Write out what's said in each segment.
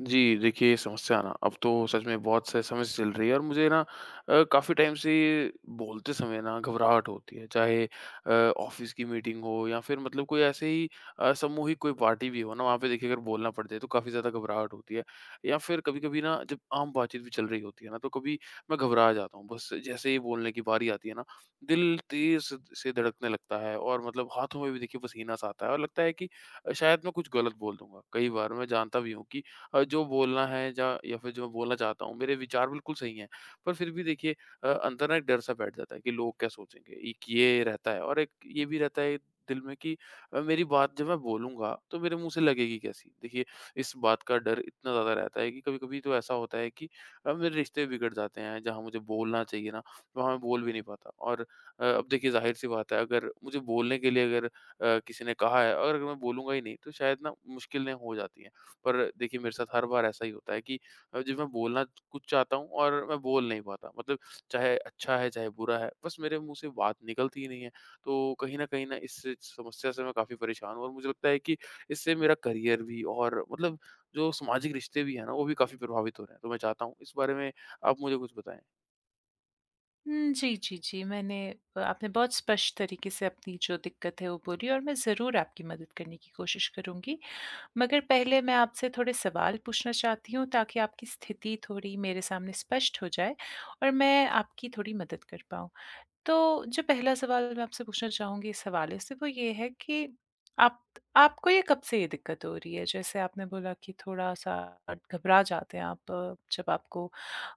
जी, देखिए समस्या ना अब तो सच में बहुत स समस्या चल रही है और मुझे ना काफ़ी टाइम से बोलते समय ना घबराहट होती है। चाहे ऑफ़िस की मीटिंग हो या फिर मतलब कोई ऐसे ही सामूहिक कोई पार्टी भी हो ना, वहाँ पे देखिए अगर बोलना पड़ जाए तो काफ़ी ज़्यादा घबराहट होती है। या फिर कभी-कभी ना जब आम बातचीत भी चल रही होती है ना, तो कभी मैं घबरा जाता हूँ। बस जैसे ही बोलने की बारी आती है ना, दिल तेज़ से धड़कने लगता है और मतलब हाथों में भी देखिए पसीना-सा आता है और लगता है कि शायद मैं कुछ गलत बोल दूँगा। कई बार मैं जानता भी हूँ कि जो बोलना है जा या फिर जो मैं बोलना चाहता हूँ, मेरे विचार बिल्कुल सही हैं। पर फिर भी देखिए अंदर ना एक डर-सा बैठ जाता है कि लोग क्या सोचेंगे? एक ये रहता है और एक ये भी रहता है दिल में कि मेरी बात जब मैं बोलूँगा, तो मेरे मुँह से लगेगी कैसी? देखिए, इस बात का डर इतना ज़्यादा रहता है कि कभी-कभी तो ऐसा होता है कि मेरे रिश्ते बिगड़ जाते हैं। जहाँ मुझे बोलना चाहिए ना, वहाँ मैं बोल भी नहीं पाता और अब देखिए ज़ाहिर-सी बात है, अगर मुझे बोलने के लिए अगर किसी ने कहा है और अगर मैं बोलूँगा ही नहीं, तो शायद ना मुश्किलें हो जाती हैं। पर देखिए मेरे साथ हर बार ऐसा ही होता है कि जब मैं बोलना कुछ चाहता हूँ और मैं बोल नहीं पाता, मतलब चाहे अच्छा है चाहे बुरा है, बस मेरे मुंह से बात निकलती ही नहीं है। तो कहीं ना इस समस्या से मैं काफ़ी परेशान हूँ और मुझे लगता है कि इससे मेरा करियर भी और मतलब जो सामाजिक रिश्ते भी हैं ना वो भी काफ़ी प्रभावित हो रहे हैं। तो मैं चाहता हूँ इस बारे में आप मुझे कुछ बताएं। जी, जी, जी। मैंने आपने बहुत स्पष्ट तरीके से अपनी जो दिक्कत है वो बोली और मैं ज़रूर आपकी मदद करने की कोशिश करूँगी। मगर पहले मैं आपसे थोड़े सवाल पूछना चाहती हूँ ताकि आपकी स्थिति थोड़ी मेरे सामने स्पष्ट हो जाए और मैं आपकी थोड़ी मदद कर पाऊँ। तो जो पहला सवाल मैं आपसे पूछना चाहूँगी इस हवाले से वो ये है कि आप आपको ये कब से ये दिक्कत हो रही है? जैसे आपने बोला कि थोड़ा-सा घबरा जाते हैं आप जब आपको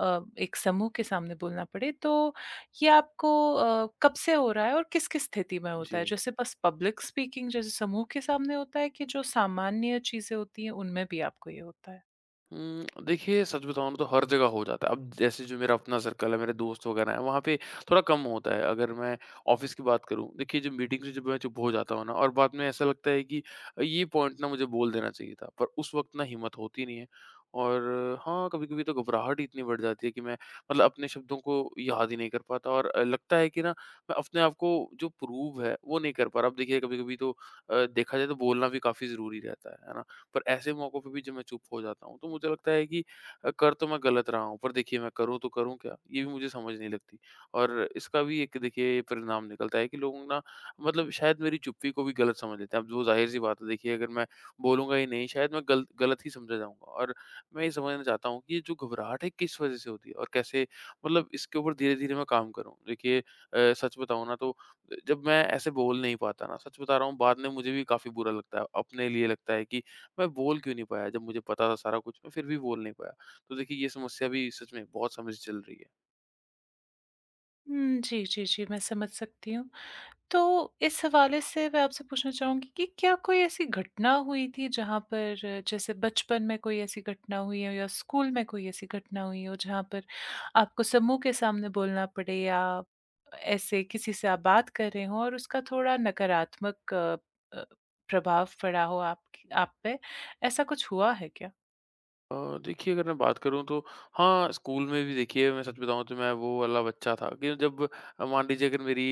एक समूह के सामने बोलना पड़े, तो ये आपको कब से हो रहा है और किस-किस स्थिति में जी। होता है? जैसे बस पब्लिक स्पीकिंग जैसे समूह के सामने होता है कि जो सामान्य चीज़ें होती हैं उनमें भी आपको ये होता है? हुँ, देखिए सच बताऊँ ना तो हर जगह हो जाता है। अब जैसे जो मेरा अपना सर्कल है, मेरे दोस्त वगैरह हैं, वहाँ पे थोड़ा कम होता है। अगर मैं ऑफ़िस की बात करूँ, देखिए जब मीटिंग से जब मैं चुप हो जाता हूँ ना और बाद में ऐसा लगता है कि ये पॉइंट ना मुझे बोल देना चाहिए था, पर उस वक़्त ना हिम्मत होती नहीं है। और हाँ, कभी-कभी तो घबराहट ही इतनी बढ़ जाती है कि मैं मतलब अपने शब्दों को याद ही नहीं कर पाता और लगता है कि ना मैं अपने आप को जो प्रूव है, वो नहीं कर पा रहा। अब देखिए कभी-कभी तो देखा जाए तो बोलना भी काफ़ी ज़रूरी रहता है ना? पर ऐसे मौकों पे भी जब मैं चुप हो जाता हूँ, तो मुझे लगता है कि कर तो मैं गलत रहा हूँ, पर देखिए मैं करूँ तो करूँ क्या? ये भी मुझे समझ नहीं लगती। और इसका भी एक देखिए परिणाम निकलता है कि लोग ना मतलब शायद मेरी चुप्पी को भी गलत समझ लेते हैं। अब वो ज़ाहिर-सी बात है, देखिए अगर मैं बोलूँगा ही नहीं, शायद मैं गल गलत ही समझा जाऊँगा। और मैं ये समझना चाहता हूँ कि ये जो घबराहट है किस वज़ह से होती है? और कैसे मतलब इसके ऊपर धीरे-धीरे मैं काम करूँ? देखिए सच बताऊँ ना तो जब मैं ऐसे बोल नहीं पाता ना, सच बता रहा हूँ बाद में मुझे भी काफ़ी बुरा लगता है। अपने लिए लगता है कि मैं बोल क्यों नहीं पाया जब मुझे पता था सारा कुछ, मैं फिर भी बोल नहीं पाया। तो देखिए ये समस्या भी सच में बहुत समय से चल रही है। जी, जी, जी, मैं समझ सकती हूँ। तो इस हवाले से मैं आपसे पूछना चाहूँगी कि क्या कोई ऐसी घटना हुई थी जहाँ पर जैसे बचपन में कोई ऐसी घटना हुई हो या स्कूल में कोई ऐसी घटना हुई हो जहाँ पर आपको समूह के सामने बोलना पड़े या ऐसे किसी से आप बात कर रहे हो और उसका थोड़ा नकारात्मक अ, प्रभाव पड़ा हो आप पे ऐसा कुछ हुआ है क्या? देखिए अगर मैं बात करूँ तो हाँ, स्कूल में भी देखिए मैं सच बताऊँ तो मैं वो वाला बच्चा था कि जब मान लीजिए अगर मेरी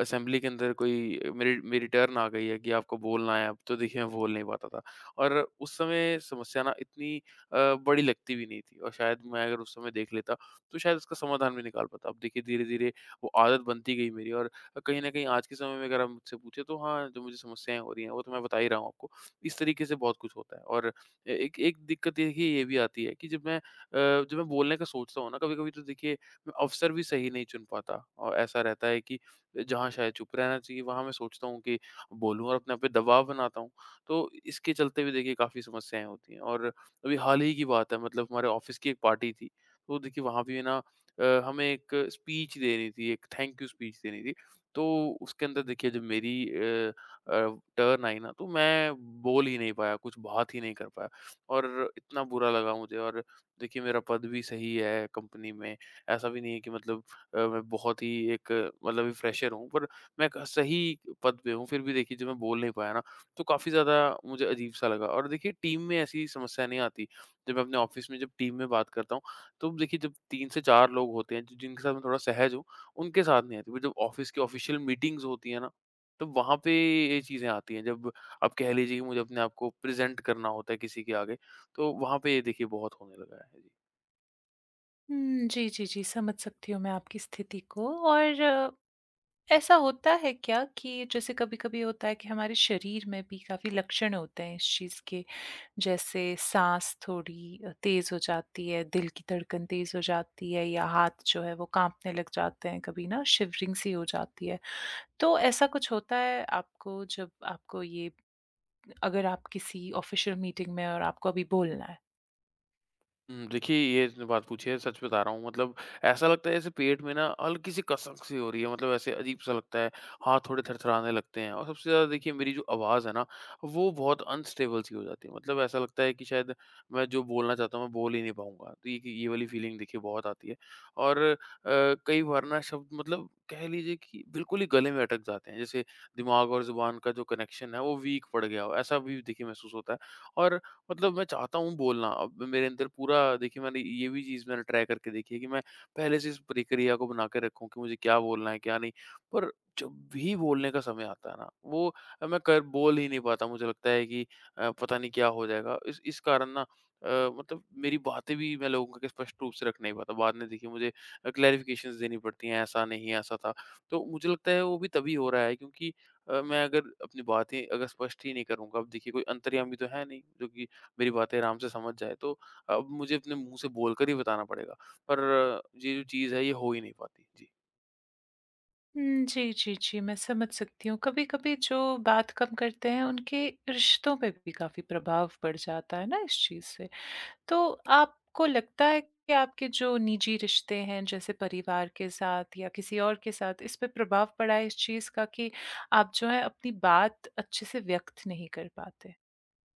असेंबली के अंदर कोई मेरी मेरी टर्न आ गई है कि आपको बोलना है अब, तो देखिए मैं बोल नहीं पाता था। और उस समय समस्या ना इतनी बड़ी लगती भी नहीं थी और शायद मैं अगर उस समय देख लेता तो शायद उसका समाधान भी निकाल पाता। अब देखिए धीरे-धीरे वो आदत बनती गई मेरी और कहीं न कहीं आज के समय में अगर आप मुझसे पूछें तो हाँ, जो मुझे समस्याएँ हो रही हैं वो तो मैं बता ही रहा हूँ आपको। इस तरीके से बहुत कुछ होता है और ए एक एक दिक्कत देखिए ये भी आती है कि जब मैं बोलने का सोचता हूँ ना कभी-कभी तो देखिए मैं अवसर भी सही नहीं चुन पाता और ऐसा रहता है कि जहाँ शायद चुप रहना चाहिए वहाँ मैं सोचता हूँ कि बोलूँ और अपने आप पे दबाव बनाता हूँ। तो इसके चलते भी देखिए काफ़ी समस्याएँ होती हैं और अभी हाल ही की बात है, मतलब हमारे ऑफ़िस की एक पार्टी थी, तो देखिए वहाँ भी है ना हमें एक स्पीच देनी थी, एक थैंक यू स्पीच देनी थी। तो उसके अंदर देखिए जब मेरी अ, टर्न आई ना तो मैं बोल ही नहीं पाया, कुछ बात ही नहीं कर पाया। और इतना बुरा लगा मुझे। और देखिए मेरा पद भी सही है कंपनी में, ऐसा भी नहीं है कि मतलब मैं बहुत ही एक मतलब अभी फ्रेशर हूँ पर मैं एक सही पद पे हूँ, फिर भी देखिए जब मैं बोल नहीं पाया ना, तो काफ़ी ज़्यादा मुझे अजीब-सा लगा। और देखिए टीम में ऐसी समस्या नहीं आती। जब मैं अपने ऑफ़िस में जब टीम में बात करता हूँ, तो देखिए जब 3 से 4 लोग होते हैं, जिनके साथ मैं थोड़ा सहज हूँ, उनके साथ नहीं आती। पर जब ऑफ़िस की ऑफ़िशियल मीटिंग्स होती हैं ना, तो वहाँ पे ये चीज़ें आती हैं। जब आप कह लीजिए कि मुझे अपने आप को प्रेज़ेंट करना होता है किसी के आगे, तो वहाँ पे ये देखिए बहुत होने लगा है। जी। जी, जी, जी, समझ सकती हूँ मैं आपकी स्थिति को और ऐसा होता है क्या कि जैसे कभी-कभी होता है कि हमारे शरीर में भी काफ़ी लक्षण होते हैं इस चीज़ के, जैसे साँस थोड़ी तेज़ हो जाती है, दिल की धड़कन तेज़ हो जाती है या हाथ जो है वो काँपने लग जाते हैं, कभी ना शिवरिंग सी हो जाती है। तो ऐसा कुछ होता है आपको जब आपको ये अगर आप किसी ऑफ़िशियल मीटिंग में हैं और आपको अभी बोलना है? हुँ, देखिए ये जो बात पूछी है सच बता रहा हूँ, मतलब ऐसा लगता है जैसे पेट में ना हल्की-सी कसक-सी हो रही है, मतलब ऐसे अजीब-सा लगता है, हाथ थोड़े थरथराने लगते हैं और सबसे ज़्यादा देखिए मेरी जो आवाज़ है ना, वो बहुत अनस्टेबल-सी हो जाती है, मतलब ऐसा लगता है कि शायद मैं जो बोलना चाहता हूँ मैं बोल ही नहीं पाऊँगा। तो ये वाली फीलिंग देखिए बहुत आती है और कई बार ना शब्द मतलब कह लीजिए कि बिल्कुल ही गले में अटक जाते हैं, जैसे दिमाग और ज़ुबान का जो कनेक्शन है वो वीक पड़ गया हो, ऐसा भी देखिए महसूस होता है। और मतलब मैं चाहता हूँ बोलना। अब मेरे अंदर पूरा देखिए मैंने ये भी चीज़ मैंने ट्राई करके देखी है कि मैं पहले से इस प्रक्रिया को बना के रखूँ कि मुझे क्या बोलना है, क्या नहीं। पर जब भी बोलने का समय आता है ना, वो मैं कर बोल ही नहीं पाता। मुझे लगता है कि पता नहीं क्या हो जाएगा। इस कारण ना अ, मतलब मेरी बातें भी मैं लोगों के स्पष्ट रूप से रख नहीं पाता। बाद में देखिए मुझे क्लैरिफ़िकेशंस देनी पड़ती हैं, ऐसा नहीं, ऐसा था। तो मुझे लगता है वो भी तभी हो रहा है क्योंकि मैं अगर अपनी बातें अगर स्पष्ट ही नहीं करूँगा, अब देखिए कोई अंतर्यामी तो है नहीं जो कि मेरी बातें आराम से समझ जाए, तो अब मुझे अपने मुँह से बोलकर ही बताना पड़ेगा। पर ये जो चीज़ है ये हो ही नहीं पाती। जी। जी, जी, जी, मैं समझ सकती हूँ। कभी-कभी जो बात कम करते हैं उनके रिश्तों पे भी काफ़ी प्रभाव पड़ जाता है ना इस चीज़ से। तो आपको लगता है कि आपके जो निजी रिश्ते हैं जैसे परिवार के साथ या किसी और के साथ इस पे प्रभाव पड़ा है इस चीज़ का कि आप जो है अपनी बात अच्छे से व्यक्त नहीं कर पाते?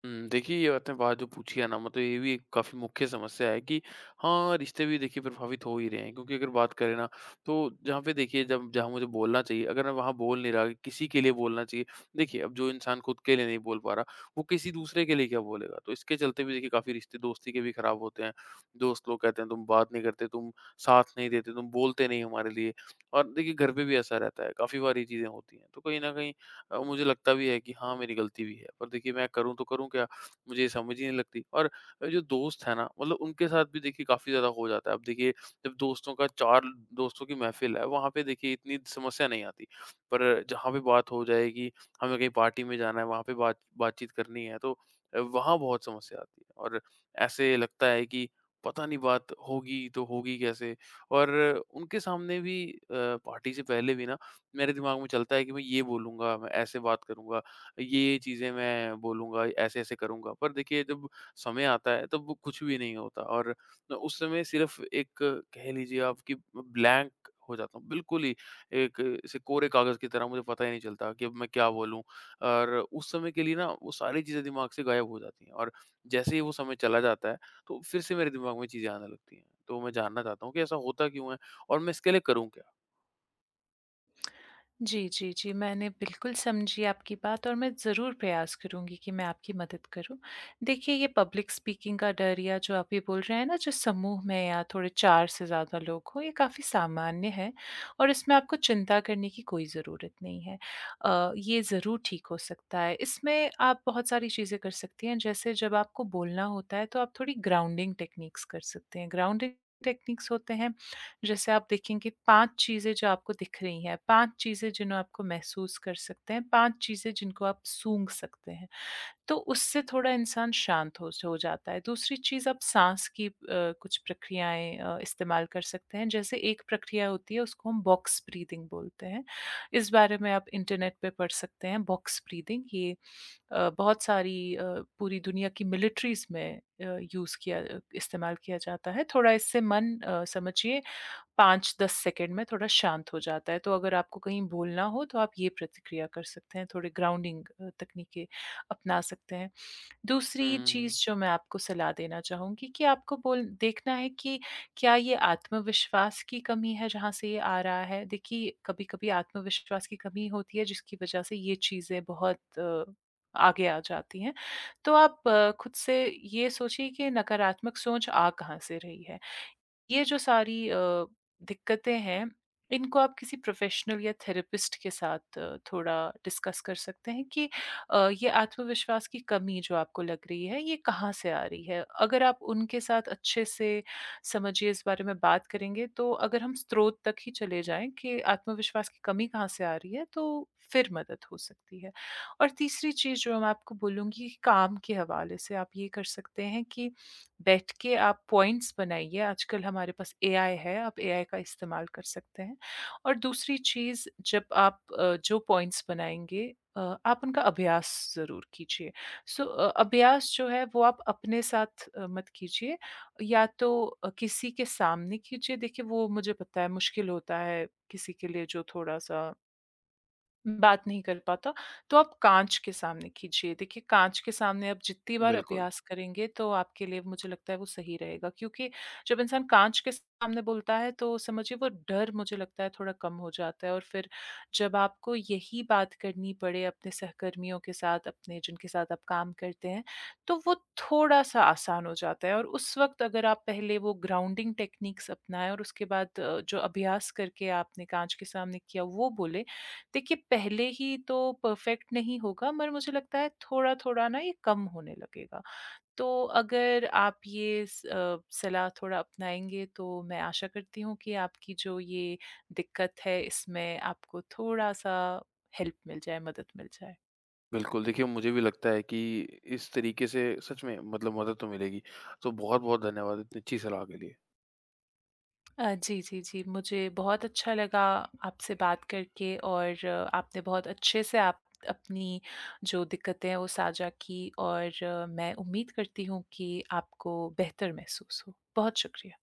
हुँ, देखिए ये आपने बात जो पूछी है ना, मतलब ये भी एक काफ़ी मुख्य समस्या है कि हाँ, रिश्ते भी देखिए प्रभावित हो ही रहे हैं, क्योंकि अगर बात करें ना तो जहाँ पे देखिए जब जहाँ मुझे बोलना चाहिए अगर मैं वहाँ बोल नहीं रहा कि किसी के लिए बोलना चाहिए, देखिए अब जो इंसान खुद के लिए नहीं बोल पा रहा वो किसी दूसरे के लिए क्या बोलेगा? तो इसके चलते भी देखिए काफ़ी रिश्ते दोस्ती के भी खराब होते हैं। दोस्त लोग कहते हैं तुम बात नहीं करते, तुम साथ नहीं देते, तुम बोलते नहीं हमारे लिए। और देखिए घर पे भी ऐसा रहता है, काफ़ी बार ये चीज़ें होती हैं। तो कहीं न कहीं मुझे लगता भी है कि हाँ, मेरी गलती भी है। पर देखिए मैं करूँ तो करूँ क्या? मुझे ये समझ ही नहीं लगती। और जो दोस्त है ना मतलब उनके साथ भी देखिए काफ़ी ज़्यादा हो जाता है। अब देखिए जब दोस्तों का 4 दोस्तों की महफ़िल है, वहाँ पे देखिए इतनी समस्या नहीं आती। पर जहाँ पे बात हो जाए कि हमें कहीं पार्टी में जाना है, वहाँ पे बातचीत करनी है तो वहाँ बहुत समस्या आती है और ऐसे लगता है कि पता नहीं बात होगी तो होगी कैसे? और उनके सामने भी पार्टी से पहले भी ना मेरे दिमाग में चलता है कि मैं ये बोलूँगा, मैं ऐसे बात करूँगा, ये चीज़ें मैं बोलूँगा, ऐसे-ऐसे करूँगा। पर देखिए जब समय आता है तब वो कुछ भी नहीं होता और उस समय सिर्फ़ एक कह लीजिए आप कि ब्लैंक हो जाता हूँ। बिल्कुल ही एक ऐसे कोरे कागज़ की तरह मुझे पता ही नहीं चलता कि अब मैं क्या बोलूँ और उस समय के लिए ना वो सारी चीज़ें दिमाग से गायब हो जाती हैं और जैसे ही वो समय चला जाता है तो फिर से मेरे दिमाग में चीज़ें आने लगती हैं। तो मैं जानना चाहता हूँ कि ऐसा होता क्यों है और मैं इसके लिए करूँ क्या? जी, जी, जी। मैंने बिल्कुल समझी आपकी बात और मैं ज़रूर प्रयास करूँगी कि मैं आपकी मदद करूँ। देखिए, ये पब्लिक स्पीकिंग का डर या जो आप ये बोल रहे हैं ना, जो समूह में या थोड़े 4 से ज़्यादा लोग हों, ये काफ़ी सामान्य है और इसमें आपको चिंता करने की कोई ज़रूरत नहीं है। ये ज़रूर ठीक हो सकता है। इसमें आप बहुत सारी चीज़ें कर सकती हैं, जैसे जब आपको बोलना होता है, तो आप थोड़ी ग्राउंडिंग टेक्निक्स कर सकते हैं। ग्राउंडिंग टेक्निक्स होते हैं जैसे आप देखेंगे 5 चीज़ें जो आपको दिख रही हैं, 5 चीज़ें जिन्हें आपको महसूस कर सकते हैं, 5 चीज़ें जिनको आप सूँघ सकते हैं, तो उससे थोड़ा इंसान शांत हो जाता है। दूसरी चीज़ आप साँस की कुछ प्रक्रियाएँ इस्तेमाल कर सकते हैं। जैसे एक प्रक्रिया होती है उसको हम बॉक्स ब्रीथिंग बोलते हैं। इस बारे में आप इंटरनेट पे पढ़ सकते हैं बॉक्स ब्रीथिंग ये बहुत सारी पूरी दुनिया की मिलिट्रीज़ में यूज़ किया इस्तेमाल किया जाता है। थोड़ा इससे मन समझिए 5-10 सेकंड में थोड़ा शांत हो जाता है, तो अगर आपको कहीं भूलना हो तो आप ये प्रतिक्रिया कर सकते हैं, थोड़े ग्राउंडिंग तकनीकें अपना सकते हैं। हुँ, दूसरी हुँ, हुँ। चीज़ जो मैं आपको सलाह देना चाहूँगी कि आपको बोल देखना है कि क्या ये आत्मविश्वास की कमी है जहाँ से ये आ रहा है? देखिए, कभी-कभी आत्मविश्वास की कमी होती है जिसकी वजह से ये चीज़ें बहुत आगे आ जाती हैं। तो आप खुद से ये सोचिए कि नकारात्मक सोच आ कहाँ से रही है? ये जो सारी दिक्कतें हैं, इनको आप किसी प्रोफ़ेशनल या थेरेपिस्ट के साथ थोड़ा डिस्कस कर सकते हैं कि ये आत्मविश्वास की कमी जो आपको लग रही है, ये कहाँ से आ रही है? अगर आप उनके साथ अच्छे से समझिए इस बारे में बात करेंगे, तो अगर हम स्रोत तक ही चले जाएँ कि आत्मविश्वास की कमी कहाँ से आ रही है, तो फिर मदद हो सकती है। और तीसरी चीज़ जो मैं आपको बोलूँगी, काम के हवाले से आप ये कर सकते हैं कि बैठ के आप पॉइंट्स बनाइए, आजकल हमारे पास एआई है, आप एआई का इस्तेमाल कर सकते हैं। और दूसरी चीज़ जब आप जो पॉइंट्स बनाएँगे अ, आप उनका अभ्यास ज़रूर कीजिए। सो अभ्यास जो है वो आप अपने साथ मत कीजिए या तो किसी के सामने कीजिए, देखिए वो मुझे पता है मुश्किल होता है किसी के लिए जो थोड़ा-सा बात नहीं कर पाता, तो आप काँच के सामने कीजिए। देखिए, काँच के सामने आप जितनी बार बिल्कुल। अभ्यास करेंगे, तो आपके लिए मुझे लगता है वो सही रहेगा क्योंकि जब इंसान काँच के सामने बोलता है, तो समझिए वो डर मुझे लगता है थोड़ा कम हो जाता है और फिर जब आपको यही बात करनी पड़े अपने सहकर्मियों के साथ, अपने जिनके साथ आप काम करते हैं, तो वो थोड़ा-सा आसान हो जाता है और उस वक़्त अगर आप पहले वो ग्राउंडिंग टेक्निक्स अपनाएँ और उसके बाद जो अभ्यास करके आपने काँच के सामने किया, वो बोले, देखिए पहले ही तो परफेक्ट नहीं होगा मगर मुझे लगता है थोड़ा-थोड़ा ना ये कम होने लगेगा। तो अगर आप ये सलाह थोड़ा अपनाएँगे तो मैं आशा करती हूँ कि आपकी जो ये दिक्कत है इसमें आपको थोड़ा-सा मदद मिल जाए। बिल्कुल, देखिए मुझे भी लगता है कि इस तरीके से सच में मतलब मदद तो मिलेगी। तो बहुत-बहुत धन्यवाद इतनी अच्छी सलाह के लिए। जी, जी, जी। मुझे बहुत अच्छा लगा आपसे बात करके और आपने बहुत अच्छे से आप अपनी जो दिक्कतें हैं वो साझा की और मैं उम्मीद करती हूँ कि आपको बेहतर महसूस हो। बहुत शुक्रिया।